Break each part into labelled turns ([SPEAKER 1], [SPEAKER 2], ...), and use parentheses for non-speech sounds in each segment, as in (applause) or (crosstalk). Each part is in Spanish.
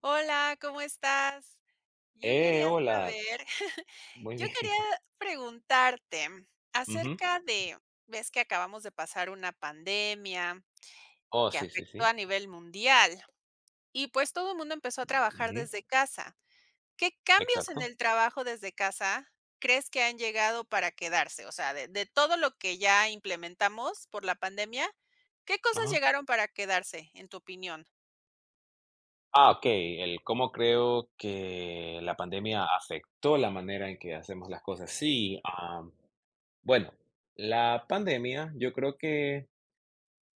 [SPEAKER 1] Hola, ¿cómo estás? Yo
[SPEAKER 2] Eh,
[SPEAKER 1] quería
[SPEAKER 2] hola,
[SPEAKER 1] saber, (laughs)
[SPEAKER 2] muy
[SPEAKER 1] yo
[SPEAKER 2] bien.
[SPEAKER 1] quería
[SPEAKER 2] (laughs)
[SPEAKER 1] preguntarte
[SPEAKER 2] Ujú.
[SPEAKER 1] acerca de, ves que acabamos de pasar una pandemia
[SPEAKER 2] Oh,
[SPEAKER 1] que
[SPEAKER 2] sí, sí,
[SPEAKER 1] afectó
[SPEAKER 2] sí.
[SPEAKER 1] a nivel mundial y pues todo el mundo empezó a trabajar
[SPEAKER 2] Ujú,
[SPEAKER 1] desde casa. ¿Qué cambios en
[SPEAKER 2] exacto.
[SPEAKER 1] el trabajo desde casa crees que han llegado para quedarse? O sea, de todo lo que ya implementamos por la pandemia, ¿qué cosas
[SPEAKER 2] Ajá.
[SPEAKER 1] llegaron para quedarse, en tu opinión?
[SPEAKER 2] Ok. El cómo creo que la pandemia afectó la manera en que hacemos las cosas. Sí, bueno, la pandemia yo creo que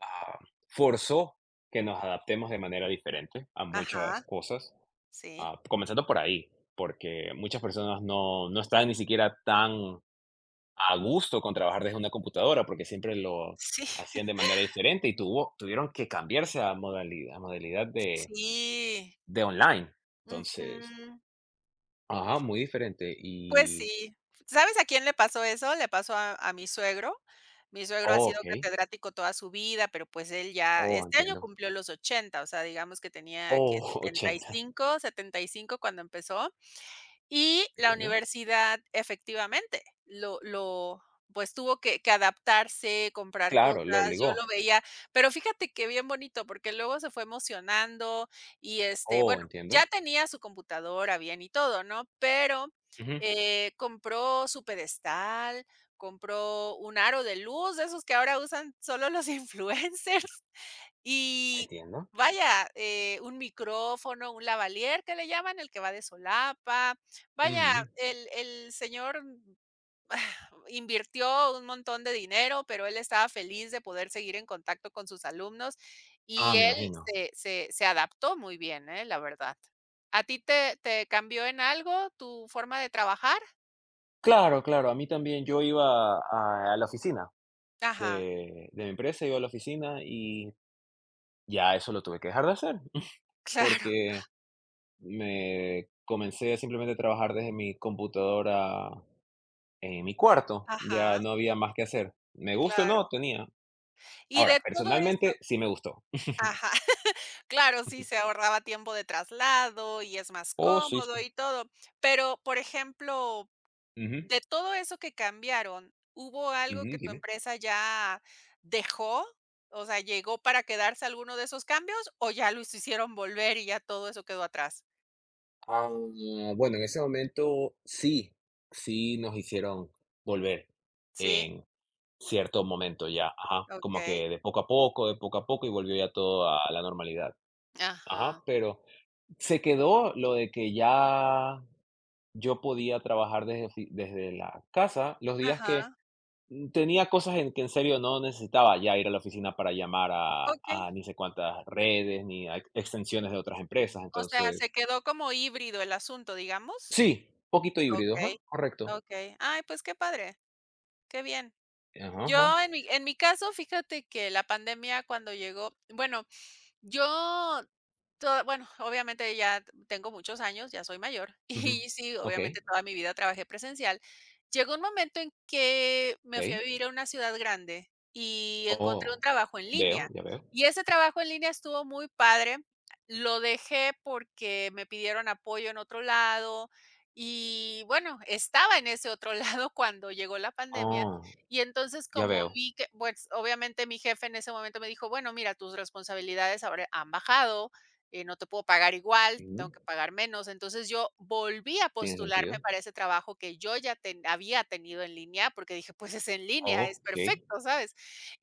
[SPEAKER 2] ah, forzó que nos adaptemos de manera diferente a
[SPEAKER 1] Ajá,
[SPEAKER 2] muchas cosas,
[SPEAKER 1] sí.
[SPEAKER 2] comenzando por ahí, porque muchas personas no están ni siquiera tan a gusto con trabajar desde una computadora, porque siempre lo
[SPEAKER 1] Sí,
[SPEAKER 2] hacían
[SPEAKER 1] (laughs)
[SPEAKER 2] de manera diferente y tuvo tuvieron que cambiarse a modalidad
[SPEAKER 1] sí.
[SPEAKER 2] de online. Entonces
[SPEAKER 1] Ujú.
[SPEAKER 2] ajá, muy diferente
[SPEAKER 1] Pues
[SPEAKER 2] y
[SPEAKER 1] sí. ¿Sabes a quién le pasó eso? Le pasó a mi suegro. Mi suegro ha
[SPEAKER 2] oh,
[SPEAKER 1] sido
[SPEAKER 2] okey.
[SPEAKER 1] catedrático toda su vida, pero, pues, él ya
[SPEAKER 2] Oh,
[SPEAKER 1] este año
[SPEAKER 2] entiendo.
[SPEAKER 1] cumplió los 80, o sea, digamos que tenía, que
[SPEAKER 2] Oh, (laughs)
[SPEAKER 1] setenta y
[SPEAKER 2] 80
[SPEAKER 1] cinco setenta y cinco cuando empezó. Y la
[SPEAKER 2] entiendo.
[SPEAKER 1] universidad efectivamente lo pues tuvo que adaptarse, comprar
[SPEAKER 2] Claro, lo
[SPEAKER 1] cosas, yo lo
[SPEAKER 2] obligó.
[SPEAKER 1] veía, pero fíjate que bien bonito, porque luego se fue emocionando y, este, bueno,
[SPEAKER 2] Oh,
[SPEAKER 1] ya
[SPEAKER 2] entiendo.
[SPEAKER 1] tenía su computadora bien y todo, ¿no? Pero,
[SPEAKER 2] Ujú,
[SPEAKER 1] compró su pedestal, compró un aro de luz, de esos que ahora usan solo los (laughs) influencers. Y
[SPEAKER 2] entiendo.
[SPEAKER 1] vaya, un micrófono, un lavalier que le llaman, el que va de solapa. Vaya,
[SPEAKER 2] Ujú.
[SPEAKER 1] el señor (sighs) invirtió un montón de dinero, pero él estaba feliz de poder seguir en contacto con sus alumnos
[SPEAKER 2] Ah,
[SPEAKER 1] y
[SPEAKER 2] me
[SPEAKER 1] él
[SPEAKER 2] imagino.
[SPEAKER 1] se adaptó muy bien, la verdad. ¿A ti te cambió en algo tu forma de trabajar?
[SPEAKER 2] Claro, claro, a mí también, yo iba a la oficina
[SPEAKER 1] Ajá,
[SPEAKER 2] de mi empresa, iba a la oficina y ya eso lo tuve que dejar de hacer, (laughs)
[SPEAKER 1] (laughs) claro,
[SPEAKER 2] porque me comencé simplemente a trabajar desde mi computadora en mi cuarto,
[SPEAKER 1] ajá,
[SPEAKER 2] ya no había más que hacer. Me guste o no,
[SPEAKER 1] claro.
[SPEAKER 2] tenía.
[SPEAKER 1] Y de
[SPEAKER 2] Ahora,
[SPEAKER 1] todo eso,
[SPEAKER 2] personalmente sí me gustó.
[SPEAKER 1] ajá. Claro, sí, se ahorraba tiempo de traslado y es más
[SPEAKER 2] Oh, sí,
[SPEAKER 1] cómodo
[SPEAKER 2] sí.
[SPEAKER 1] y todo. Pero, por ejemplo,
[SPEAKER 2] Ujú,
[SPEAKER 1] de todo eso que cambiaron, ¿hubo algo que
[SPEAKER 2] ujú,
[SPEAKER 1] tu
[SPEAKER 2] dime.
[SPEAKER 1] empresa ya dejó? O sea, ¿llegó para quedarse alguno de esos cambios o ya los hicieron volver y ya todo eso quedó atrás?
[SPEAKER 2] Ah, bueno, en ese momento sí, sí nos hicieron volver
[SPEAKER 1] Sí,
[SPEAKER 2] en cierto momento ya, ajá, como
[SPEAKER 1] okey.
[SPEAKER 2] que de poco a poco y volvió ya todo a la normalidad. Ajá,
[SPEAKER 1] Ajá,
[SPEAKER 2] pero se quedó lo de que ya yo podía trabajar desde, desde la casa los días que
[SPEAKER 1] ajá,
[SPEAKER 2] tenía cosas en que en serio no necesitaba ya ir a la oficina para llamar
[SPEAKER 1] okey.
[SPEAKER 2] a ni sé cuántas redes ni a extensiones de otras empresas.
[SPEAKER 1] O sea, se
[SPEAKER 2] Entonces,
[SPEAKER 1] quedó como híbrido el asunto, digamos.
[SPEAKER 2] sí, poquito híbrido,
[SPEAKER 1] Okey,
[SPEAKER 2] ajá, correcto.
[SPEAKER 1] okey. Ay, pues qué padre, qué bien.
[SPEAKER 2] Ajá, ajá,
[SPEAKER 1] Yo en mi caso, fíjate que la pandemia cuando llegó, bueno, yo toda, bueno, obviamente ya tengo muchos años, ya soy mayor,
[SPEAKER 2] ujú.
[SPEAKER 1] (laughs) y sí,
[SPEAKER 2] Ok,
[SPEAKER 1] obviamente toda mi vida trabajé presencial. Llegó un momento en que me fui a
[SPEAKER 2] ok.
[SPEAKER 1] vivir a una ciudad grande y encontré un
[SPEAKER 2] Oh,
[SPEAKER 1] trabajo en
[SPEAKER 2] veo,
[SPEAKER 1] línea,
[SPEAKER 2] ya veo.
[SPEAKER 1] y ese trabajo en línea estuvo muy padre. Lo dejé porque me pidieron apoyo en otro lado y, bueno, estaba en ese otro (laughs) lado cuando llegó la pandemia,
[SPEAKER 2] Oh,
[SPEAKER 1] y entonces,
[SPEAKER 2] ya
[SPEAKER 1] como
[SPEAKER 2] veo.
[SPEAKER 1] vi que, pues, obviamente mi jefe en ese momento me dijo: "Bueno, mira, tus responsabilidades ahora han bajado, no te puedo pagar igual, tengo
[SPEAKER 2] Ujú,
[SPEAKER 1] que pagar menos". Entonces yo volví a
[SPEAKER 2] tiene
[SPEAKER 1] postularme
[SPEAKER 2] sentido.
[SPEAKER 1] para ese trabajo que yo ya había tenido en línea, porque dije, pues es en línea, es
[SPEAKER 2] Ok.
[SPEAKER 1] perfecto, ¿sabes?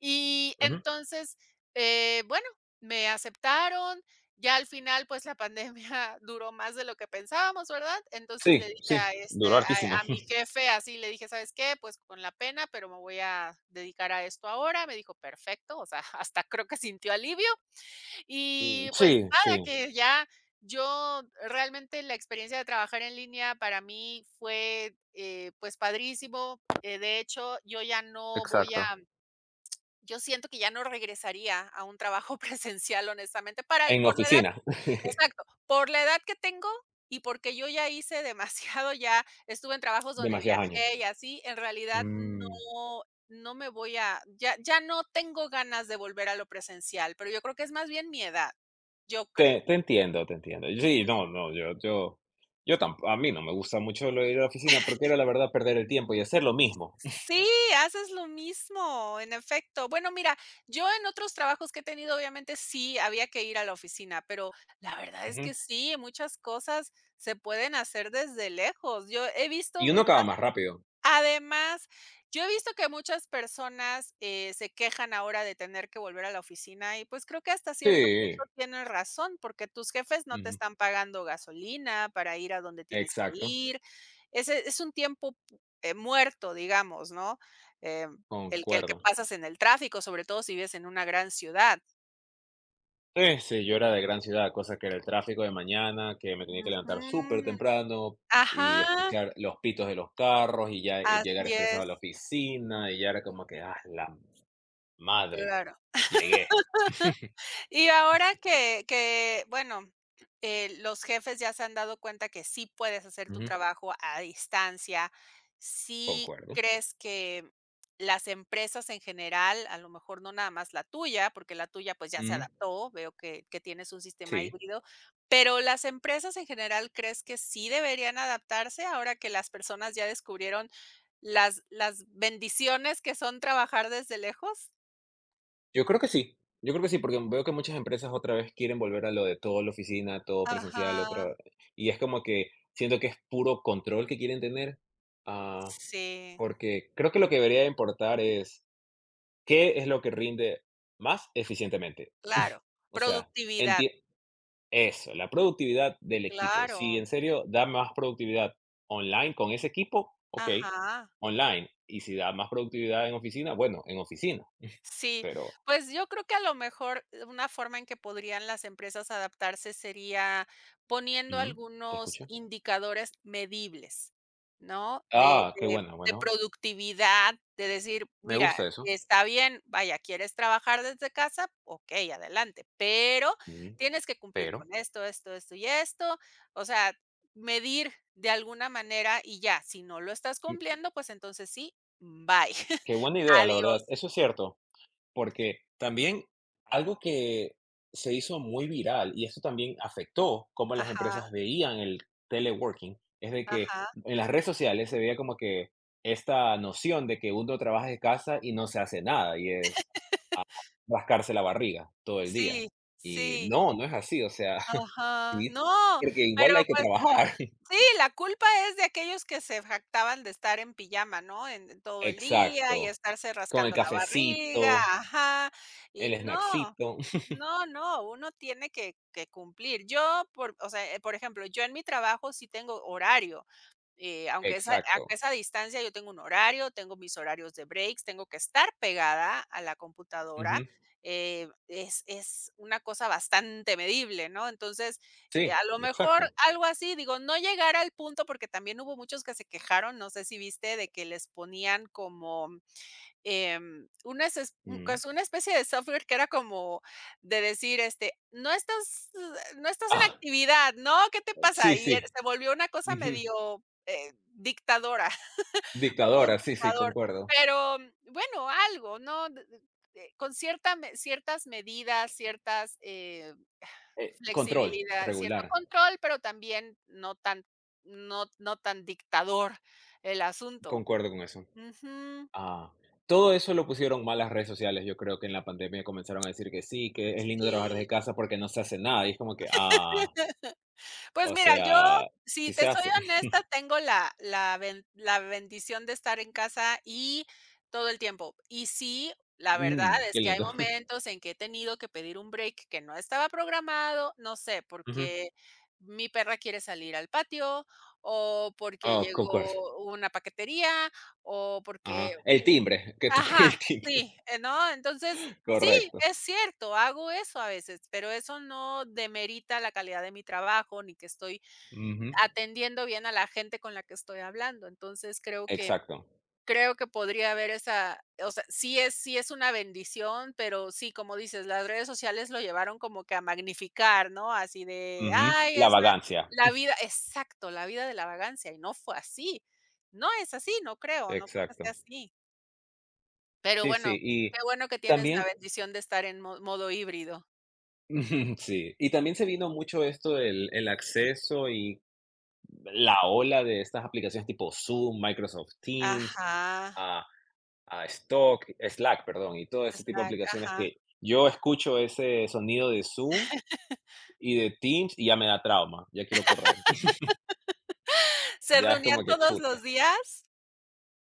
[SPEAKER 1] Y
[SPEAKER 2] Ujú.
[SPEAKER 1] entonces, bueno, me aceptaron. Ya al final, pues la pandemia (laughs) duró más de lo que pensábamos, ¿verdad? Entonces le
[SPEAKER 2] Sí,
[SPEAKER 1] dije
[SPEAKER 2] sí,
[SPEAKER 1] a este,
[SPEAKER 2] duró hartísimo.
[SPEAKER 1] a mi
[SPEAKER 2] (laughs)
[SPEAKER 1] jefe, así le dije, ¿sabes qué? Pues con la pena, pero me voy a dedicar a esto ahora. Me dijo, perfecto, o sea, (laughs) hasta creo que sintió alivio.
[SPEAKER 2] Mm,
[SPEAKER 1] Y pues
[SPEAKER 2] sí, sí,
[SPEAKER 1] nada, que ya yo realmente la experiencia de trabajar en línea para mí fue, pues padrísimo. De hecho, yo ya no voy a,
[SPEAKER 2] exacto.
[SPEAKER 1] yo siento que ya no regresaría a un trabajo (laughs) presencial, honestamente,
[SPEAKER 2] En
[SPEAKER 1] por la edad.
[SPEAKER 2] oficina. (laughs)
[SPEAKER 1] Exacto, por la edad que tengo y porque yo ya hice demasiado, ya estuve en trabajos donde
[SPEAKER 2] Demasiados
[SPEAKER 1] viajé y
[SPEAKER 2] años.
[SPEAKER 1] así, en realidad
[SPEAKER 2] Mm.
[SPEAKER 1] no me voy a ya no tengo ganas de volver a lo presencial, pero yo creo que es más bien mi edad, yo
[SPEAKER 2] Te,
[SPEAKER 1] creo.
[SPEAKER 2] te entiendo, te entiendo.
[SPEAKER 1] Ujú.
[SPEAKER 2] Sí, no, no, yo tampoco, a mí no me gusta mucho lo de ir a la oficina porque era la verdad perder el tiempo y hacer lo mismo. (laughs)
[SPEAKER 1] Sí, haces lo mismo, en efecto. Bueno, mira, yo en otros trabajos que he tenido, obviamente sí, había que ir a la oficina, pero la verdad es
[SPEAKER 2] Ujú.
[SPEAKER 1] que sí, muchas cosas se pueden hacer desde lejos. Yo he visto
[SPEAKER 2] Y
[SPEAKER 1] mu
[SPEAKER 2] uno acaba más rápido.
[SPEAKER 1] además, yo he visto que muchas personas, se quejan ahora de tener que volver a la oficina y, pues, creo que hasta cierto
[SPEAKER 2] Sí,
[SPEAKER 1] punto tienen razón, porque tus jefes no te
[SPEAKER 2] ujú,
[SPEAKER 1] están pagando gasolina para ir a donde tienes que
[SPEAKER 2] exacto,
[SPEAKER 1] ir. Ese es un tiempo, muerto, digamos, ¿no? Em, el que
[SPEAKER 2] concuerdo.
[SPEAKER 1] pasas en el tráfico, sobre todo si vives en una gran ciudad.
[SPEAKER 2] Sí, sí, yo era de gran ciudad, cosa que era el tráfico de mañana, que me tenía que levantar súper
[SPEAKER 1] Ujú.
[SPEAKER 2] temprano
[SPEAKER 1] Ajá,
[SPEAKER 2] y escuchar los pitos de los carros y ya llegar
[SPEAKER 1] así
[SPEAKER 2] estresado a
[SPEAKER 1] es,
[SPEAKER 2] la oficina y ya era como que, ah, la madre,
[SPEAKER 1] claro.
[SPEAKER 2] llegué. (laughs)
[SPEAKER 1] Y ahora que bueno, los jefes ya se han dado cuenta que sí puedes hacer tu
[SPEAKER 2] Ujú.
[SPEAKER 1] trabajo a distancia, ¿sí
[SPEAKER 2] Concuerdo.
[SPEAKER 1] crees que las empresas en general, a lo mejor no nada más la tuya, porque la tuya, pues, ya se
[SPEAKER 2] Mm,
[SPEAKER 1] adaptó, veo que tienes un sistema
[SPEAKER 2] sí,
[SPEAKER 1] híbrido, pero las empresas en general, crees que sí deberían adaptarse ahora que las personas ya descubrieron las bendiciones que son trabajar desde lejos?
[SPEAKER 2] yo creo que sí. Yo creo que sí, porque veo que muchas empresas otra vez quieren volver a lo de todo la oficina, todo presencial,
[SPEAKER 1] Ajá.
[SPEAKER 2] otra y es como que siento que es puro control que quieren tener, ah,
[SPEAKER 1] Sí.
[SPEAKER 2] porque creo que lo que debería importar es qué es lo que rinde más eficientemente.
[SPEAKER 1] Claro,
[SPEAKER 2] O sea,
[SPEAKER 1] productividad,
[SPEAKER 2] enti eso, la productividad del equipo. Si
[SPEAKER 1] claro,
[SPEAKER 2] en serio da más productividad online con ese equipo, okey,
[SPEAKER 1] ajá.
[SPEAKER 2] online, y si da más productividad en oficina, bueno, en oficina,
[SPEAKER 1] Sí,
[SPEAKER 2] pero
[SPEAKER 1] pues yo creo que a lo mejor, una forma en que podrían las empresas adaptarse sería poniendo
[SPEAKER 2] ujú, te
[SPEAKER 1] algunos
[SPEAKER 2] escucho.
[SPEAKER 1] indicadores medibles, ¿no? De,
[SPEAKER 2] Qué
[SPEAKER 1] de-
[SPEAKER 2] bueno,
[SPEAKER 1] de
[SPEAKER 2] bueno,
[SPEAKER 1] productividad, de decir,
[SPEAKER 2] me
[SPEAKER 1] mira,
[SPEAKER 2] gusta eso.
[SPEAKER 1] está bien, vaya, ¿quieres trabajar desde casa? Ok, adelante, pero
[SPEAKER 2] Ujú,
[SPEAKER 1] tienes que cumplir
[SPEAKER 2] pero,
[SPEAKER 1] con esto, esto, esto y esto. O sea, medir de alguna manera y ya, si no lo estás
[SPEAKER 2] mm,
[SPEAKER 1] cumpliendo, pues entonces sí, bye,
[SPEAKER 2] qué
[SPEAKER 1] (laughs)
[SPEAKER 2] buena idea, la verdad,
[SPEAKER 1] adiós.
[SPEAKER 2] eso es cierto, porque también algo que se hizo muy viral, y eso también afectó cómo las
[SPEAKER 1] Ajá.
[SPEAKER 2] empresas veían el teleworking, es de que
[SPEAKER 1] Ajá,
[SPEAKER 2] en las redes sociales se veía como que esta noción de que uno trabaja de casa y no se hace nada, y es rascarse la barriga todo el día.
[SPEAKER 1] sí,
[SPEAKER 2] Y
[SPEAKER 1] sí,
[SPEAKER 2] no, no es así, o sea, (laughs)
[SPEAKER 1] ajá.
[SPEAKER 2] sí,
[SPEAKER 1] No,
[SPEAKER 2] porque
[SPEAKER 1] pero,
[SPEAKER 2] igual hay que
[SPEAKER 1] pues,
[SPEAKER 2] trabajar.
[SPEAKER 1] sí, la culpa es de aquellos que se jactaban de estar en pijama, ¿no? En todo el día y
[SPEAKER 2] Exacto.
[SPEAKER 1] estarse
[SPEAKER 2] Con el
[SPEAKER 1] rascando la barriga,
[SPEAKER 2] cafecito,
[SPEAKER 1] ajá, y
[SPEAKER 2] el
[SPEAKER 1] no,
[SPEAKER 2] snackcito. (laughs)
[SPEAKER 1] no, no, uno tiene que cumplir. Yo, por o sea, por ejemplo, yo en mi trabajo sí tengo horario. Eh, aunque esa
[SPEAKER 2] Exacto.
[SPEAKER 1] aunque esa distancia, yo tengo un horario, tengo mis horarios de breaks, tengo que estar pegada a la computadora,
[SPEAKER 2] Ujú.
[SPEAKER 1] es una cosa bastante medible, ¿no? Entonces,
[SPEAKER 2] Sí,
[SPEAKER 1] a lo mejor
[SPEAKER 2] exacto.
[SPEAKER 1] algo así, digo, no llegar al punto, porque también hubo muchos que se quejaron, no sé si viste, de que les ponían como una es,
[SPEAKER 2] Mm.
[SPEAKER 1] pues, una especie de software que era como de decir, este: "No estás en
[SPEAKER 2] Ah,
[SPEAKER 1] actividad, ¿no? ¿Qué te pasa?".
[SPEAKER 2] sí,
[SPEAKER 1] Y él
[SPEAKER 2] sí.
[SPEAKER 1] se volvió una cosa
[SPEAKER 2] Ujú.
[SPEAKER 1] medio, dictadora, (laughs) como un
[SPEAKER 2] Dictadora, sí, sí,
[SPEAKER 1] dictador,
[SPEAKER 2] concuerdo.
[SPEAKER 1] pero bueno, algo, ¿no? D d con cierta me ciertas medidas, ciertas,
[SPEAKER 2] Control,
[SPEAKER 1] flexibilidad, cierto
[SPEAKER 2] regular.
[SPEAKER 1] control, pero también no tan dictador el asunto.
[SPEAKER 2] Concuerdo con eso.
[SPEAKER 1] Ujú,
[SPEAKER 2] Ah, Todo eso lo pusieron mal las redes sociales. Yo creo que en la pandemia comenzaron a decir que sí, que es lindo trabajar desde
[SPEAKER 1] sí.
[SPEAKER 2] casa porque no se hace nada. Y es como que, ah,
[SPEAKER 1] Pues
[SPEAKER 2] o
[SPEAKER 1] mira, yo,
[SPEAKER 2] sea,
[SPEAKER 1] si
[SPEAKER 2] sí se
[SPEAKER 1] te soy
[SPEAKER 2] hace. (laughs)
[SPEAKER 1] honesta, tengo la bendición de estar en casa y todo el tiempo. Y sí, la verdad
[SPEAKER 2] Mm,
[SPEAKER 1] es
[SPEAKER 2] qué
[SPEAKER 1] que hay
[SPEAKER 2] lindo.
[SPEAKER 1] momentos en que he tenido que pedir un break que no estaba programado, no sé,
[SPEAKER 2] Ujú.
[SPEAKER 1] porque mi perra quiere salir al patio, o porque
[SPEAKER 2] Oh, concuerdo.
[SPEAKER 1] llegó una paquetería, o porque,
[SPEAKER 2] Ajá. El timbre, que toca (laughs)
[SPEAKER 1] ajá,
[SPEAKER 2] el timbre.
[SPEAKER 1] sí, ¿no? Entonces, sí,
[SPEAKER 2] Correcto.
[SPEAKER 1] es cierto, hago eso a veces, pero eso no demerita la calidad de mi trabajo, ni que estoy
[SPEAKER 2] Ujú.
[SPEAKER 1] atendiendo bien a la gente con la que estoy hablando. Entonces, creo que
[SPEAKER 2] Exacto.
[SPEAKER 1] creo que podría haber esa, o sea, sí es una bendición, pero sí, como dices, las redes sociales lo llevaron como que a magnificar, ¿no? Así de:
[SPEAKER 2] Ujú.
[SPEAKER 1] "Ay,
[SPEAKER 2] La
[SPEAKER 1] es la
[SPEAKER 2] vagancia.
[SPEAKER 1] la vida". Exacto, la vida de la vagancia, y no fue así. No es así, no creo, no creo que sea
[SPEAKER 2] Exacto.
[SPEAKER 1] así. Pero
[SPEAKER 2] Sí,
[SPEAKER 1] bueno,
[SPEAKER 2] sí, y
[SPEAKER 1] qué bueno que tienes la
[SPEAKER 2] también
[SPEAKER 1] bendición de estar en mo modo híbrido.
[SPEAKER 2] (laughs) sí, y también se vino mucho esto del el acceso y la ola de estas aplicaciones tipo Zoom, Microsoft Teams,
[SPEAKER 1] Ajá,
[SPEAKER 2] a a Stock Slack, perdón, y todo ese tipo de
[SPEAKER 1] Slack,
[SPEAKER 2] aplicaciones
[SPEAKER 1] ajá.
[SPEAKER 2] que yo escucho ese sonido de Zoom y de Teams y ya me da trauma, ya quiero correr. (laughs)
[SPEAKER 1] (laughs) ¿Se
[SPEAKER 2] Ya es
[SPEAKER 1] reunían
[SPEAKER 2] como que
[SPEAKER 1] todos los
[SPEAKER 2] chuta.
[SPEAKER 1] días?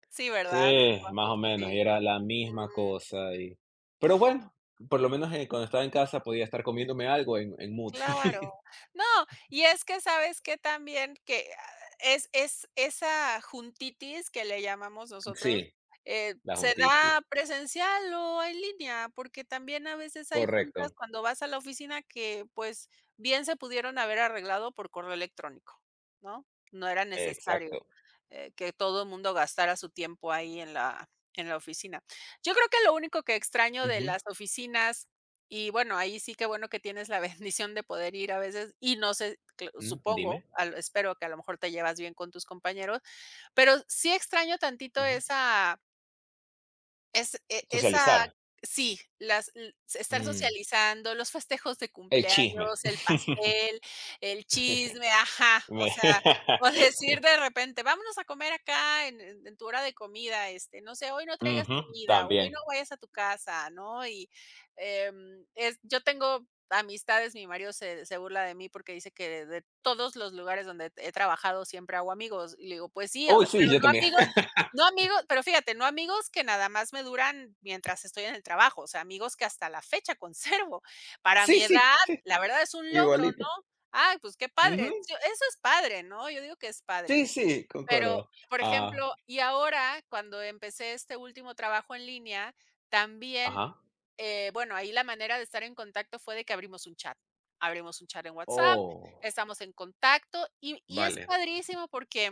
[SPEAKER 1] Sí, ¿verdad?
[SPEAKER 2] Sí, más
[SPEAKER 1] Supongo,
[SPEAKER 2] o
[SPEAKER 1] pues
[SPEAKER 2] menos, y
[SPEAKER 1] sí.
[SPEAKER 2] era la misma cosa y pero bueno, por lo menos, cuando estaba en casa podía estar comiéndome algo en mute.
[SPEAKER 1] Claro.
[SPEAKER 2] (laughs)
[SPEAKER 1] No, y es que, ¿sabes que también que, es esa juntitis que le llamamos
[SPEAKER 2] Sí,
[SPEAKER 1] nosotros,
[SPEAKER 2] la
[SPEAKER 1] se
[SPEAKER 2] juntitis,
[SPEAKER 1] da presencial o en línea, porque también a veces hay juntas
[SPEAKER 2] correcto,
[SPEAKER 1] cuando vas a la oficina que, pues, bien se pudieron haber arreglado por correo electrónico, ¿no? No era necesario,
[SPEAKER 2] exacto.
[SPEAKER 1] que todo el mundo gastara su tiempo ahí en la oficina. Yo creo que lo único que extraño de las
[SPEAKER 2] Ujú,
[SPEAKER 1] oficinas, y bueno, ahí sí, que bueno que tienes la (laughs) bendición de poder ir a veces y no sé,
[SPEAKER 2] mm, dime,
[SPEAKER 1] supongo, espero que a lo mejor te llevas bien con tus compañeros, pero sí extraño tantito
[SPEAKER 2] ujú.
[SPEAKER 1] esa, es e esa
[SPEAKER 2] Socializar,
[SPEAKER 1] sí, las l estar
[SPEAKER 2] mm,
[SPEAKER 1] socializando, los festejos de
[SPEAKER 2] el chisme.
[SPEAKER 1] cumpleaños, el pastel, el chisme, ajá,
[SPEAKER 2] (laughs)
[SPEAKER 1] o
[SPEAKER 2] Me
[SPEAKER 1] sea, (laughs) o
[SPEAKER 2] (laughs)
[SPEAKER 1] decir de repente: "Vámonos a comer acá en en tu hora de comida", este, no sé: "Hoy no traigas
[SPEAKER 2] Ujú,
[SPEAKER 1] comida, hoy
[SPEAKER 2] también.
[SPEAKER 1] no vayas a tu casa", ¿no? Y, em, es yo tengo amistades, mi marido se burla de mí porque dice que de todos los lugares donde he trabajado siempre hago amigos, y le digo: "Pues sí, o
[SPEAKER 2] Uy,
[SPEAKER 1] sea,
[SPEAKER 2] sí,
[SPEAKER 1] pero
[SPEAKER 2] yo
[SPEAKER 1] no
[SPEAKER 2] también.
[SPEAKER 1] amigos,
[SPEAKER 2] (laughs)
[SPEAKER 1] pero fíjate, no amigos que nada más me duran mientras estoy en el trabajo, o sea, amigos que hasta la fecha conservo". Para
[SPEAKER 2] Sí,
[SPEAKER 1] mi
[SPEAKER 2] sí,
[SPEAKER 1] edad, la verdad es un logro,
[SPEAKER 2] igualito.
[SPEAKER 1] ¿no? Ay, pues qué padre.
[SPEAKER 2] Ujú,
[SPEAKER 1] Sí, eso es padre, ¿no? Yo digo que es padre.
[SPEAKER 2] sí, sí,
[SPEAKER 1] Pero,
[SPEAKER 2] concuerdo.
[SPEAKER 1] por
[SPEAKER 2] Ah,
[SPEAKER 1] ejemplo, y ahora, cuando empecé este último trabajo en línea, también,
[SPEAKER 2] ajá.
[SPEAKER 1] bueno, ahí la manera de estar en contacto fue de que abrimos un chat. Abrimos un chat en WhatsApp,
[SPEAKER 2] Oh,
[SPEAKER 1] estamos en contacto y es
[SPEAKER 2] vale,
[SPEAKER 1] padrísimo porque,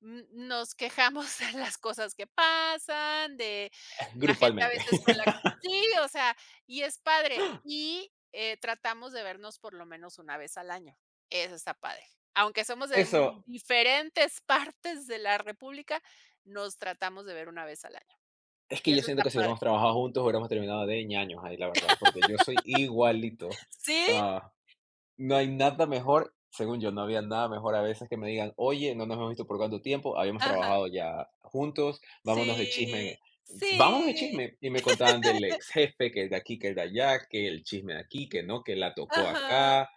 [SPEAKER 1] mm, nos quejamos (laughs) de las cosas que pasan, de
[SPEAKER 2] (laughs)
[SPEAKER 1] la gente a
[SPEAKER 2] grupalmente.
[SPEAKER 1] veces con la... Sí, o sea, y es padre. Y tratamos de vernos por lo menos una vez al año. Eso está padre. Aunque somos de,
[SPEAKER 2] Eso,
[SPEAKER 1] diferentes (laughs) partes de la República, nos tratamos de ver una vez al año.
[SPEAKER 2] es
[SPEAKER 1] Y
[SPEAKER 2] que yo
[SPEAKER 1] eso
[SPEAKER 2] siento
[SPEAKER 1] está
[SPEAKER 2] que si
[SPEAKER 1] padre.
[SPEAKER 2] hubiéramos trabajado juntos, hubiéramos terminado de ñaños ahí, la verdad, porque yo soy igualito.
[SPEAKER 1] (laughs) Sí,
[SPEAKER 2] Ah, no hay nada mejor, según yo, no había nada mejor a veces que me digan, oye, no nos hemos visto por cuánto tiempo, habíamos
[SPEAKER 1] ajá.
[SPEAKER 2] trabajado ya juntos, vámonos de
[SPEAKER 1] Sí,
[SPEAKER 2] chisme, vámonos de
[SPEAKER 1] sí,
[SPEAKER 2] chisme. Y me contaban del ex jefe, que el de aquí, que el de allá, que el chisme de aquí, que no, que la tocó
[SPEAKER 1] ajá,
[SPEAKER 2] acá,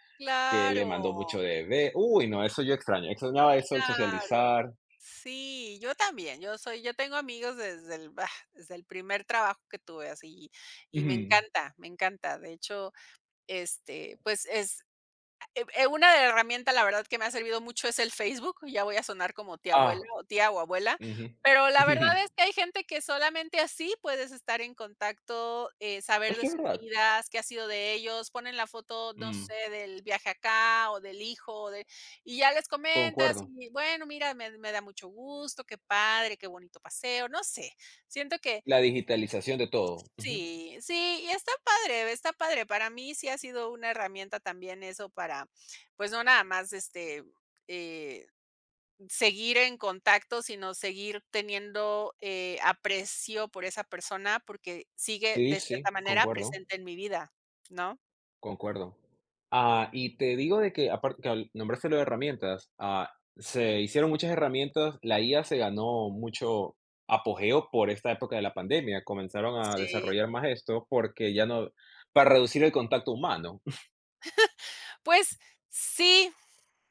[SPEAKER 2] que le mandó mucho
[SPEAKER 1] claro,
[SPEAKER 2] de bebé. Uy, no, eso yo extraño, extrañaba eso, el
[SPEAKER 1] claro.
[SPEAKER 2] socializar.
[SPEAKER 1] Sí, yo también, yo tengo amigos desde el primer trabajo que tuve así, y me
[SPEAKER 2] Ujú.
[SPEAKER 1] encanta, me encanta. De hecho, este, pues, es, una de herramienta, la verdad, que me ha servido mucho es el Facebook, ya voy a sonar como tía abuela
[SPEAKER 2] Ah,
[SPEAKER 1] o tía o abuela,
[SPEAKER 2] ujú.
[SPEAKER 1] pero la
[SPEAKER 2] (laughs)
[SPEAKER 1] verdad es que hay gente que solamente así puedes estar en contacto, saber
[SPEAKER 2] Es
[SPEAKER 1] de
[SPEAKER 2] que es
[SPEAKER 1] sus
[SPEAKER 2] verdad.
[SPEAKER 1] vidas, qué ha sido de ellos, ponen la foto, no
[SPEAKER 2] Mm.
[SPEAKER 1] sé, del viaje acá o del hijo o de y ya les comentas
[SPEAKER 2] Concuerdo.
[SPEAKER 1] y bueno, mira, me da mucho gusto, qué padre, qué bonito paseo, no sé, siento que.
[SPEAKER 2] La digitalización de todo. Ujú.
[SPEAKER 1] Sí, sí, y está padre, está padre. Para mí sí ha sido una herramienta también eso para, pues no nada más este, eh, seguir en contacto, sino seguir teniendo, aprecio por esa persona porque sigue
[SPEAKER 2] Sí,
[SPEAKER 1] de
[SPEAKER 2] sí,
[SPEAKER 1] cierta manera
[SPEAKER 2] concuerdo,
[SPEAKER 1] presente en mi vida, ¿no?
[SPEAKER 2] concuerdo. Y te digo de que, aparte que nombraste lo de herramientas, se hicieron muchas herramientas, la IA se ganó mucho apogeo por esta época de la pandemia, comenzaron a
[SPEAKER 1] Sí.
[SPEAKER 2] desarrollar más esto porque ya no, para reducir el contacto humano. (laughs)
[SPEAKER 1] Pues sí.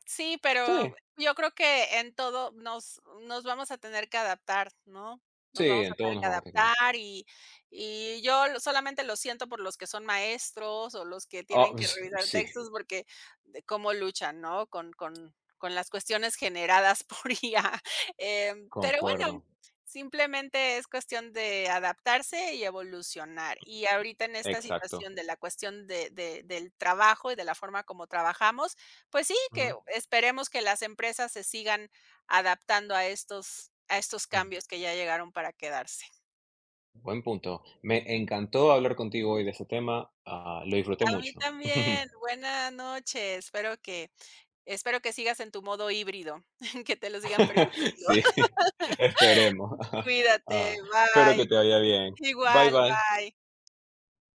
[SPEAKER 1] Sí, pero
[SPEAKER 2] Sí,
[SPEAKER 1] yo creo que en todo nos vamos a tener que adaptar, ¿no?
[SPEAKER 2] sí,
[SPEAKER 1] Nos vamos a
[SPEAKER 2] en todo
[SPEAKER 1] tener
[SPEAKER 2] nos
[SPEAKER 1] que
[SPEAKER 2] vamos a tener.
[SPEAKER 1] adaptar y yo lo solamente lo siento por los que son maestros o los que tienen
[SPEAKER 2] Ah,
[SPEAKER 1] que
[SPEAKER 2] (laughs)
[SPEAKER 1] revisar
[SPEAKER 2] sí,
[SPEAKER 1] textos porque de cómo luchan, ¿no? Con las cuestiones generadas (laughs) por IA, pero bueno,
[SPEAKER 2] concuerdo,
[SPEAKER 1] simplemente es cuestión de adaptarse y evolucionar. Y ahorita en esta
[SPEAKER 2] exacto.
[SPEAKER 1] situación de la cuestión de del trabajo y de la forma como trabajamos, pues sí, que esperemos que las empresas se sigan adaptando a estos
[SPEAKER 2] Ujú.
[SPEAKER 1] cambios que ya llegaron para quedarse.
[SPEAKER 2] Buen punto. Me encantó hablar contigo hoy de este tema, lo disfruté
[SPEAKER 1] A mí
[SPEAKER 2] mucho.
[SPEAKER 1] también,
[SPEAKER 2] (laughs)
[SPEAKER 1] buena noche. Espero que sigas en tu modo híbrido, (laughs) que te lo
[SPEAKER 2] Sí,
[SPEAKER 1] sigan permitiendo. (laughs)
[SPEAKER 2] (laughs) esperemos. (laughs)
[SPEAKER 1] Cuídate,
[SPEAKER 2] Ah, Espero
[SPEAKER 1] bye.
[SPEAKER 2] que te vaya bien. Bye,
[SPEAKER 1] Igual,
[SPEAKER 2] bye.
[SPEAKER 1] bye.